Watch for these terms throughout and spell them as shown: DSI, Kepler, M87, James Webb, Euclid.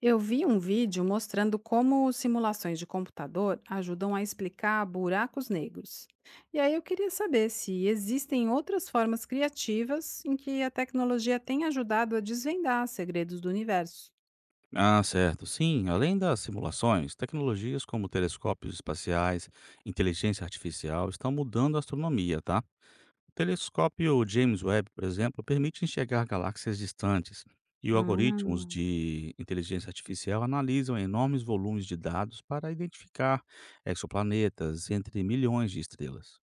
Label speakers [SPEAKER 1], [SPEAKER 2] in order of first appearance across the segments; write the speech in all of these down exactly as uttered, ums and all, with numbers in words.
[SPEAKER 1] Eu vi um vídeo mostrando como simulações de computador ajudam a explicar buracos negros. E aí eu queria saber se existem outras formas criativas em que a tecnologia tem ajudado a desvendar segredos do universo.
[SPEAKER 2] Ah, certo. Sim, além das simulações, tecnologias como telescópios espaciais, inteligência artificial estão mudando a astronomia, tá? O telescópio James Webb, por exemplo, permite enxergar galáxias distantes e o algoritmos
[SPEAKER 1] Hum.
[SPEAKER 2] de inteligência artificial analisam enormes volumes de dados para identificar exoplanetas entre milhões de estrelas.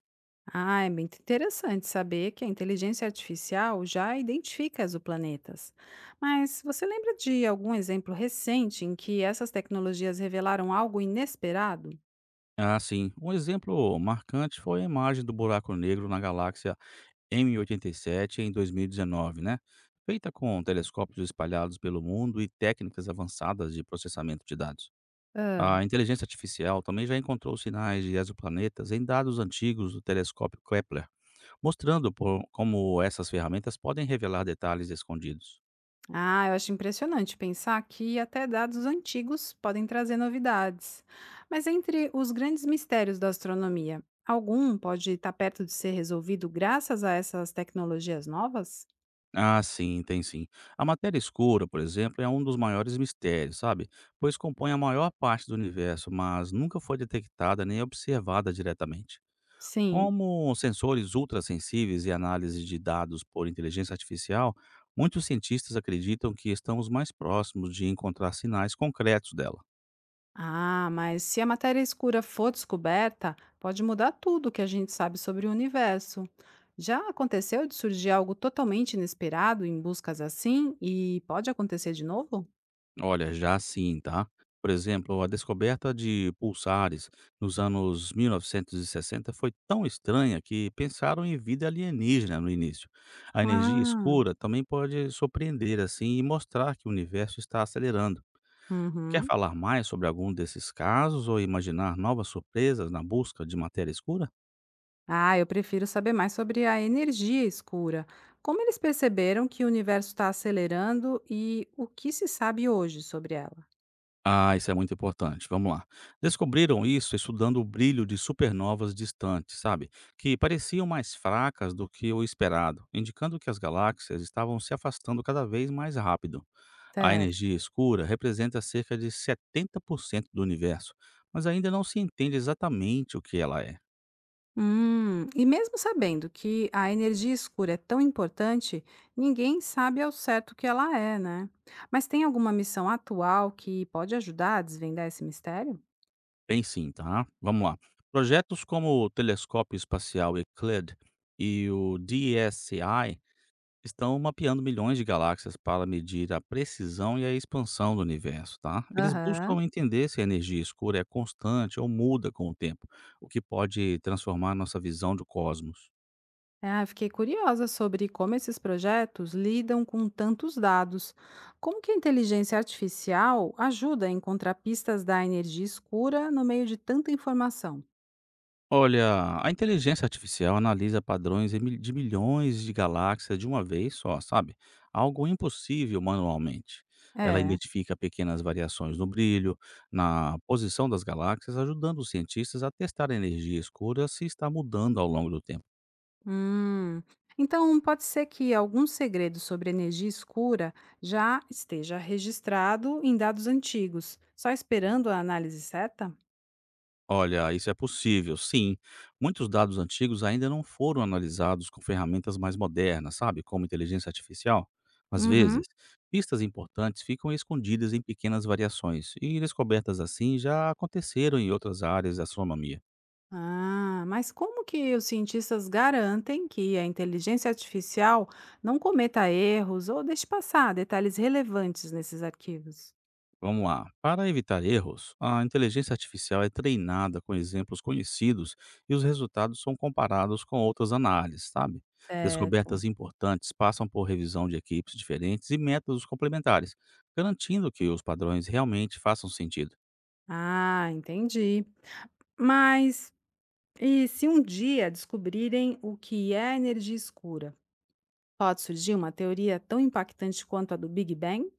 [SPEAKER 1] Ah, é muito interessante saber que a inteligência artificial já identifica exoplanetas. Mas você lembra de algum exemplo recente em que essas tecnologias revelaram algo inesperado?
[SPEAKER 2] Ah, sim. Um exemplo marcante foi a imagem do buraco negro na galáxia M oitenta e sete em dois mil e dezenove, né, feita com telescópios espalhados pelo mundo e técnicas avançadas de processamento de dados.
[SPEAKER 1] Ah.
[SPEAKER 2] A inteligência artificial também já encontrou sinais de exoplanetas em dados antigos do telescópio Kepler, mostrando por- como essas ferramentas podem revelar detalhes escondidos.
[SPEAKER 1] Ah, eu acho impressionante pensar que até dados antigos podem trazer novidades. Mas entre os grandes mistérios da astronomia, algum pode estar perto de ser resolvido graças a essas tecnologias novas?
[SPEAKER 2] Ah, sim, tem sim. A matéria escura, por exemplo, é um dos maiores mistérios, sabe? Pois compõe a maior parte do universo, mas nunca foi detectada nem observada diretamente.
[SPEAKER 1] Sim.
[SPEAKER 2] Como sensores ultrassensíveis e análise de dados por inteligência artificial, muitos cientistas acreditam que estamos mais próximos de encontrar sinais concretos dela.
[SPEAKER 1] Ah, mas se a matéria escura for descoberta, pode mudar tudo que a gente sabe sobre o universo. Já aconteceu de surgir algo totalmente inesperado em buscas assim e pode acontecer de novo?
[SPEAKER 2] Olha, já sim, tá? Por exemplo, a descoberta de pulsares nos anos mil novecentos e sessenta foi tão estranha que pensaram em vida alienígena no início. A energia
[SPEAKER 1] Ah,
[SPEAKER 2] escura também pode surpreender assim e mostrar que o universo está acelerando. Quer
[SPEAKER 1] uhum.
[SPEAKER 2] falar mais sobre algum desses casos ou imaginar novas surpresas na busca de matéria escura?
[SPEAKER 1] Ah, eu prefiro saber mais sobre a energia escura. Como eles perceberam que o universo está acelerando e o que se sabe hoje sobre ela?
[SPEAKER 2] Ah, isso é muito importante. Vamos lá. Descobriram isso estudando o brilho de supernovas distantes, sabe? Que pareciam mais fracas do que o esperado, indicando que as galáxias estavam se afastando cada vez mais rápido. A
[SPEAKER 1] Certo.
[SPEAKER 2] energia escura representa cerca de setenta por cento do universo, mas ainda não se entende exatamente o que ela é.
[SPEAKER 1] Hum, e mesmo sabendo que a energia escura é tão importante, ninguém sabe ao certo o que ela é, né? Mas tem alguma missão atual que pode ajudar a desvendar esse mistério?
[SPEAKER 2] Tem sim, tá? Vamos lá. Projetos como o Telescópio Espacial Euclid e o D S I estão mapeando milhões de galáxias para medir a precisão e a expansão do universo, tá? Eles
[SPEAKER 1] Aham.
[SPEAKER 2] buscam entender se a energia escura é constante ou muda com o tempo, o que pode transformar nossa visão do cosmos.
[SPEAKER 1] Ah, eu fiquei curiosa sobre como esses projetos lidam com tantos dados. Como que a inteligência artificial ajuda a encontrar pistas da energia escura no meio de tanta informação?
[SPEAKER 2] Olha, a inteligência artificial analisa padrões em mil- de milhões de galáxias de uma vez só, sabe? Algo impossível manualmente. Ela
[SPEAKER 1] É.
[SPEAKER 2] identifica pequenas variações no brilho, na posição das galáxias, ajudando os cientistas a testar a energia escura se está mudando ao longo do tempo.
[SPEAKER 1] Hum. Então, pode ser que algum segredo sobre energia escura já esteja registrado em dados antigos, só esperando a análise certa?
[SPEAKER 2] Olha, isso é possível, sim. Muitos dados antigos ainda não foram analisados com ferramentas mais modernas, sabe, como inteligência artificial. Às
[SPEAKER 1] Uhum.
[SPEAKER 2] vezes, pistas importantes ficam escondidas em pequenas variações, e descobertas assim já aconteceram em outras áreas da astronomia.
[SPEAKER 1] Ah, mas como que os cientistas garantem que a inteligência artificial não cometa erros ou deixe passar detalhes relevantes nesses arquivos?
[SPEAKER 2] Vamos lá. Para evitar erros, a inteligência artificial é treinada com exemplos conhecidos e os resultados são comparados com outras análises, sabe?
[SPEAKER 1] Certo.
[SPEAKER 2] Descobertas importantes passam por revisão de equipes diferentes e métodos complementares, garantindo que os padrões realmente façam sentido.
[SPEAKER 1] Ah, entendi. Mas e se um dia descobrirem o que é energia escura? Pode surgir uma teoria tão impactante quanto a do Big Bang?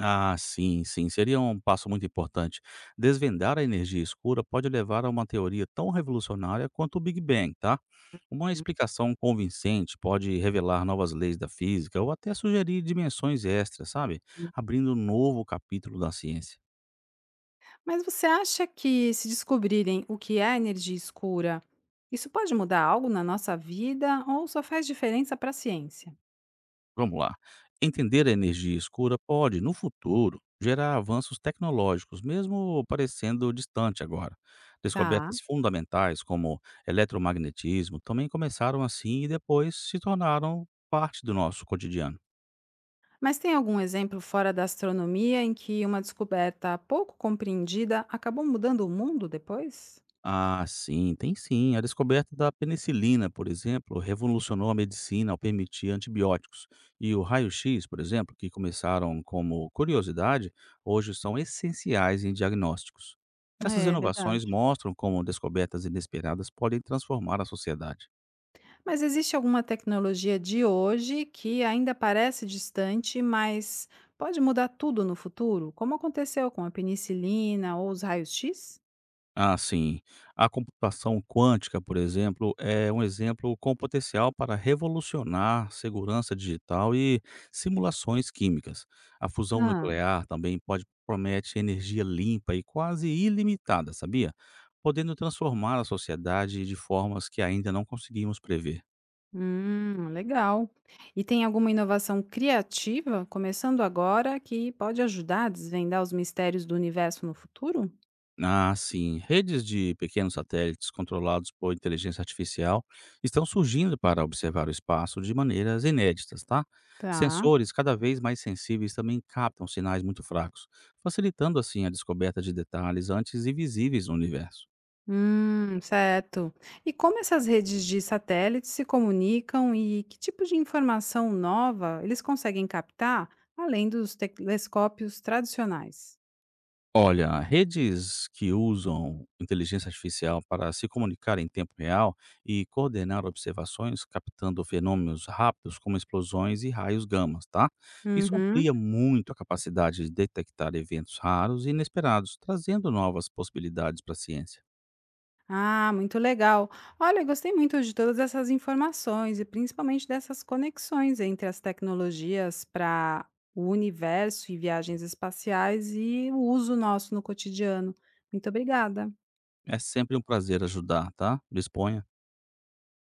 [SPEAKER 2] Ah, sim, sim, seria um passo muito importante. Desvendar a energia escura pode levar a uma teoria tão revolucionária quanto o Big Bang, tá? Uma explicação convincente pode revelar novas leis da física ou até sugerir dimensões extras, sabe?
[SPEAKER 1] Uhum.
[SPEAKER 2] Abrindo um novo capítulo da ciência.
[SPEAKER 1] Mas você acha que se descobrirem o que é energia escura, isso pode mudar algo na nossa vida ou só faz diferença para a ciência?
[SPEAKER 2] Vamos lá. Entender a energia escura pode, no futuro, gerar avanços tecnológicos, mesmo parecendo distante agora.
[SPEAKER 1] Tá.
[SPEAKER 2] Descobertas fundamentais como eletromagnetismo também começaram assim e depois se tornaram parte do nosso cotidiano.
[SPEAKER 1] Mas tem algum exemplo fora da astronomia em que uma descoberta pouco compreendida acabou mudando o mundo depois?
[SPEAKER 2] Ah, sim, tem sim. A descoberta da penicilina, por exemplo, revolucionou a medicina ao permitir antibióticos. E o raio-x, por exemplo, que começaram como curiosidade, hoje são essenciais em diagnósticos. Essas
[SPEAKER 1] É
[SPEAKER 2] inovações
[SPEAKER 1] verdade.
[SPEAKER 2] mostram como descobertas inesperadas podem transformar a sociedade.
[SPEAKER 1] Mas existe alguma tecnologia de hoje que ainda parece distante, mas pode mudar tudo no futuro, como aconteceu com a penicilina ou os raios-x?
[SPEAKER 2] Ah, sim. A computação quântica, por exemplo, é um exemplo com potencial para revolucionar segurança digital e simulações químicas. A fusão
[SPEAKER 1] Ah,
[SPEAKER 2] nuclear também pode promete energia limpa e quase ilimitada, sabia? Podendo transformar a sociedade de formas que ainda não conseguimos prever.
[SPEAKER 1] hum, legal. E tem alguma inovação criativa, começando agora, que pode ajudar a desvendar os mistérios do universo no futuro?
[SPEAKER 2] Ah, sim. Redes de pequenos satélites controlados por inteligência artificial estão surgindo para observar o espaço de maneiras inéditas, tá?
[SPEAKER 1] Tá.
[SPEAKER 2] Sensores cada vez mais sensíveis também captam sinais muito fracos, facilitando assim a descoberta de detalhes antes invisíveis no universo.
[SPEAKER 1] Hum, certo. E como essas redes de satélites se comunicam e que tipo de informação nova eles conseguem captar, além dos telescópios tradicionais?
[SPEAKER 2] Olha, redes que usam inteligência artificial para se comunicar em tempo real e coordenar observações, captando fenômenos rápidos como explosões e raios gamas, tá? Isso
[SPEAKER 1] Uhum.
[SPEAKER 2] amplia muito a capacidade de detectar eventos raros e inesperados, trazendo novas possibilidades para a ciência.
[SPEAKER 1] Ah, muito legal. Olha, eu gostei muito de todas essas informações e principalmente dessas conexões entre as tecnologias para o universo e viagens espaciais e o uso nosso no cotidiano. Muito obrigada.
[SPEAKER 2] É sempre um prazer ajudar, tá? Disponha.